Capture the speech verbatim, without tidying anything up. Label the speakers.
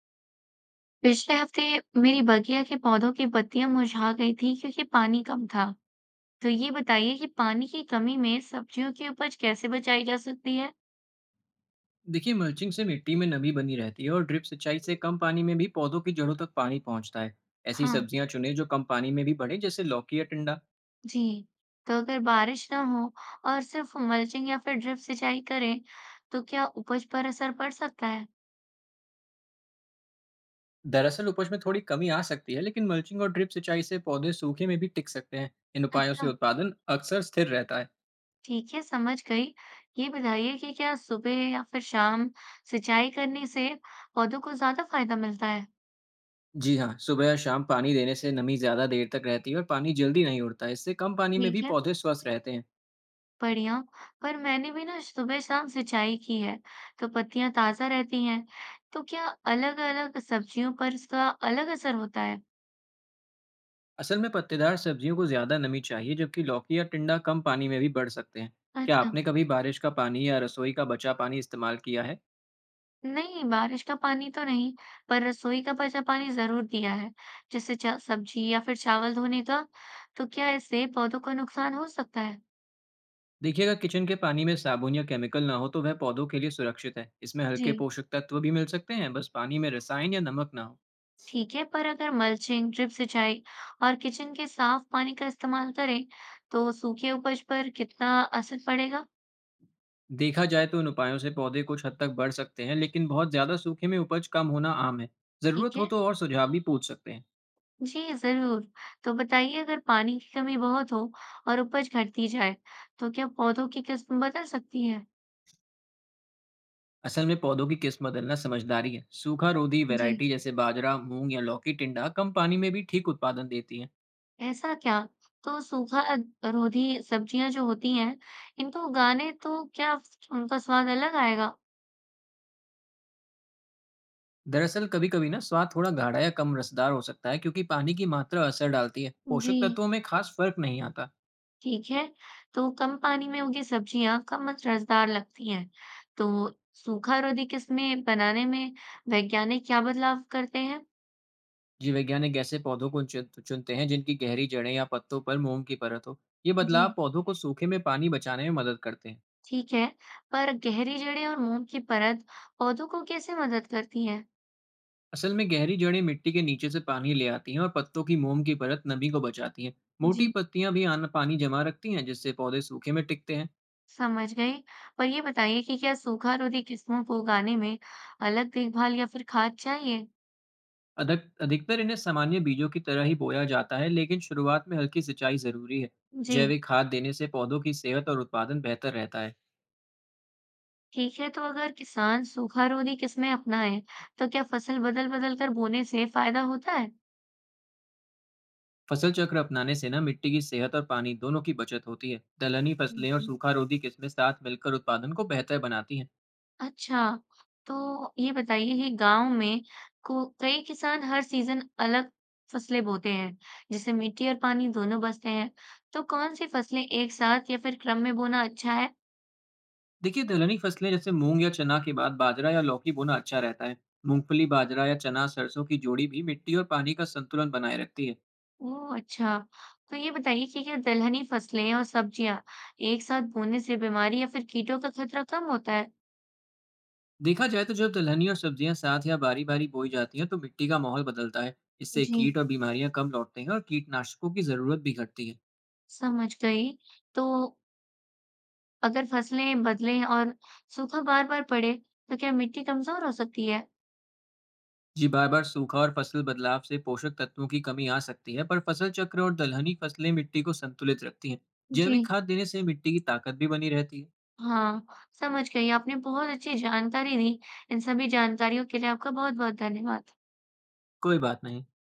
Speaker 1: पिछले हफ्ते मेरी बगिया के पौधों की पत्तियां मुरझा गई थी क्योंकि पानी कम था। तो ये बताइए कि पानी की कमी में सब्जियों की उपज कैसे बचाई जा सकती है?
Speaker 2: देखिए, मल्चिंग से मिट्टी में नमी बनी रहती है और ड्रिप सिंचाई से कम पानी में भी पौधों की जड़ों तक पानी पहुंचता है। ऐसी
Speaker 1: हाँ।
Speaker 2: सब्जियां चुनें जो कम पानी में भी बढ़े, जैसे लौकी या टिंडा।
Speaker 1: जी। तो अगर बारिश ना हो और सिर्फ मल्चिंग या फिर ड्रिप सिंचाई करें, तो क्या उपज पर असर पड़ सकता है?
Speaker 2: दरअसल उपज में थोड़ी कमी आ सकती है, लेकिन मल्चिंग और ड्रिप सिंचाई से पौधे सूखे में भी टिक सकते हैं। इन उपायों
Speaker 1: अच्छा।
Speaker 2: से उत्पादन अक्सर स्थिर रहता है।
Speaker 1: ठीक है, समझ गई। ये बताइए कि क्या सुबह या फिर शाम सिंचाई करने से पौधों को ज्यादा फायदा मिलता है?
Speaker 2: जी हाँ, सुबह या शाम पानी देने से नमी ज्यादा देर तक रहती है और पानी जल्दी नहीं उड़ता। इससे कम पानी में भी
Speaker 1: ठीक है।
Speaker 2: पौधे स्वस्थ रहते हैं।
Speaker 1: बढ़िया। पर मैंने भी ना सुबह शाम सिंचाई की है तो पत्तियां ताजा रहती हैं। तो क्या अलग अलग सब्जियों पर इसका अलग असर होता है?
Speaker 2: असल में पत्तेदार सब्जियों को ज्यादा नमी चाहिए, जबकि लौकी या टिंडा कम पानी में भी बढ़ सकते हैं। क्या
Speaker 1: अच्छा।
Speaker 2: आपने कभी बारिश का पानी या रसोई का बचा पानी इस्तेमाल किया है?
Speaker 1: नहीं, बारिश का पानी तो नहीं, पर रसोई का बचा पानी जरूर दिया है। जैसे चा- सब्जी या फिर चावल धोने का। तो क्या इससे पौधों को नुकसान हो सकता है?
Speaker 2: देखिए, अगर किचन के पानी में साबुन या केमिकल ना हो तो वह पौधों के लिए सुरक्षित है। इसमें हल्के
Speaker 1: जी।
Speaker 2: पोषक तत्व भी मिल सकते हैं। बस पानी में रसायन या नमक ना हो।
Speaker 1: ठीक है, पर अगर मल्चिंग, ड्रिप सिंचाई और किचन के साफ पानी का इस्तेमाल करें, तो सूखे उपज पर कितना असर पड़ेगा?
Speaker 2: देखा जाए तो इन उपायों से पौधे कुछ हद तक बढ़ सकते हैं, लेकिन बहुत ज्यादा सूखे में उपज कम होना आम है।
Speaker 1: ठीक
Speaker 2: जरूरत हो
Speaker 1: है।
Speaker 2: तो और सुझाव भी पूछ सकते हैं।
Speaker 1: जी, ज़रूर। तो बताइए अगर पानी की कमी बहुत हो और उपज घटती जाए, तो क्या पौधों की किस्म बदल सकती है?
Speaker 2: असल में पौधों की किस्म बदलना समझदारी है। सूखा रोधी
Speaker 1: जी।
Speaker 2: वैरायटी जैसे बाजरा, मूंग या लौकी टिंडा कम पानी में भी ठीक उत्पादन देती है।
Speaker 1: ऐसा क्या? तो सूखा अ, रोधी सब्जियां जो होती हैं, इनको उगाने तो क्या उनका स्वाद अलग आएगा?
Speaker 2: दरअसल कभी कभी ना स्वाद थोड़ा गाढ़ा या कम रसदार हो सकता है, क्योंकि पानी की मात्रा असर डालती है।
Speaker 1: जी।
Speaker 2: पोषक तत्वों में खास फर्क नहीं आता।
Speaker 1: ठीक है, तो कम पानी में उगी सब्जियां कम रसदार लगती हैं। तो सूखा रोधी किस्में बनाने में वैज्ञानिक क्या बदलाव करते हैं?
Speaker 2: जीव वैज्ञानिक ऐसे पौधों को चुन- चुनते हैं जिनकी गहरी जड़ें या पत्तों पर मोम की परत हो। ये
Speaker 1: जी।
Speaker 2: बदलाव पौधों को सूखे में पानी बचाने में मदद करते हैं।
Speaker 1: ठीक है, पर गहरी जड़ें और मोम की परत पौधों को कैसे मदद करती है?
Speaker 2: असल में गहरी जड़ें मिट्टी के नीचे से पानी ले आती हैं और पत्तों की मोम की परत नमी को बचाती हैं। मोटी
Speaker 1: जी,
Speaker 2: पत्तियां भी आन पानी जमा रखती हैं, जिससे पौधे सूखे में टिकते हैं।
Speaker 1: समझ गई। पर ये बताइए कि क्या सूखा रोधी किस्मों को उगाने में अलग देखभाल या फिर खाद चाहिए?
Speaker 2: अधिक अधिकतर इन्हें सामान्य बीजों की तरह ही बोया जाता है, लेकिन शुरुआत में हल्की सिंचाई जरूरी है।
Speaker 1: जी।
Speaker 2: जैविक खाद देने से पौधों की सेहत और उत्पादन बेहतर रहता है।
Speaker 1: ठीक है, तो अगर किसान सूखा रोधी किस्में अपनाए तो क्या फसल बदल बदल कर बोने से फायदा होता है?
Speaker 2: फसल चक्र अपनाने से ना मिट्टी की सेहत और पानी दोनों की बचत होती है। दलहनी फसलें और
Speaker 1: जी।
Speaker 2: सूखा रोधी किस्में साथ मिलकर उत्पादन को बेहतर बनाती हैं।
Speaker 1: अच्छा, तो ये बताइए कि गाँव में को कई किसान हर सीज़न अलग फसलें बोते हैं, जैसे मिट्टी और पानी दोनों बसते हैं, तो कौन सी फसलें एक साथ या फिर क्रम में बोना अच्छा है?
Speaker 2: देखिए, दलहनी फसलें जैसे मूंग या चना के बाद बाजरा या लौकी बोना अच्छा रहता है। मूंगफली बाजरा या चना सरसों की जोड़ी भी मिट्टी और पानी का संतुलन बनाए रखती है।
Speaker 1: ओह, अच्छा, तो ये बताइए कि क्या दलहनी फसलें और सब्जियां एक साथ बोने से बीमारी या फिर कीटों का खतरा कम होता है?
Speaker 2: देखा जाए तो जब दलहनी और सब्जियां साथ या बारी बारी बोई जाती हैं तो मिट्टी का माहौल बदलता है। इससे
Speaker 1: जी,
Speaker 2: कीट और बीमारियां कम लौटते हैं और कीटनाशकों की जरूरत भी घटती है।
Speaker 1: समझ गई। तो अगर फसलें बदलें और सूखा बार-बार पड़े, तो क्या मिट्टी कमजोर हो सकती है?
Speaker 2: जी, बार बार सूखा और फसल बदलाव से पोषक तत्वों की कमी आ सकती है, पर फसल चक्र और दलहनी फसलें मिट्टी को संतुलित रखती हैं।
Speaker 1: जी।
Speaker 2: जैविक खाद देने से मिट्टी की ताकत भी बनी रहती है।
Speaker 1: हाँ, समझ गई। आपने बहुत अच्छी जानकारी दी। इन सभी जानकारियों के लिए आपका बहुत-बहुत धन्यवाद।
Speaker 2: कोई बात नहीं।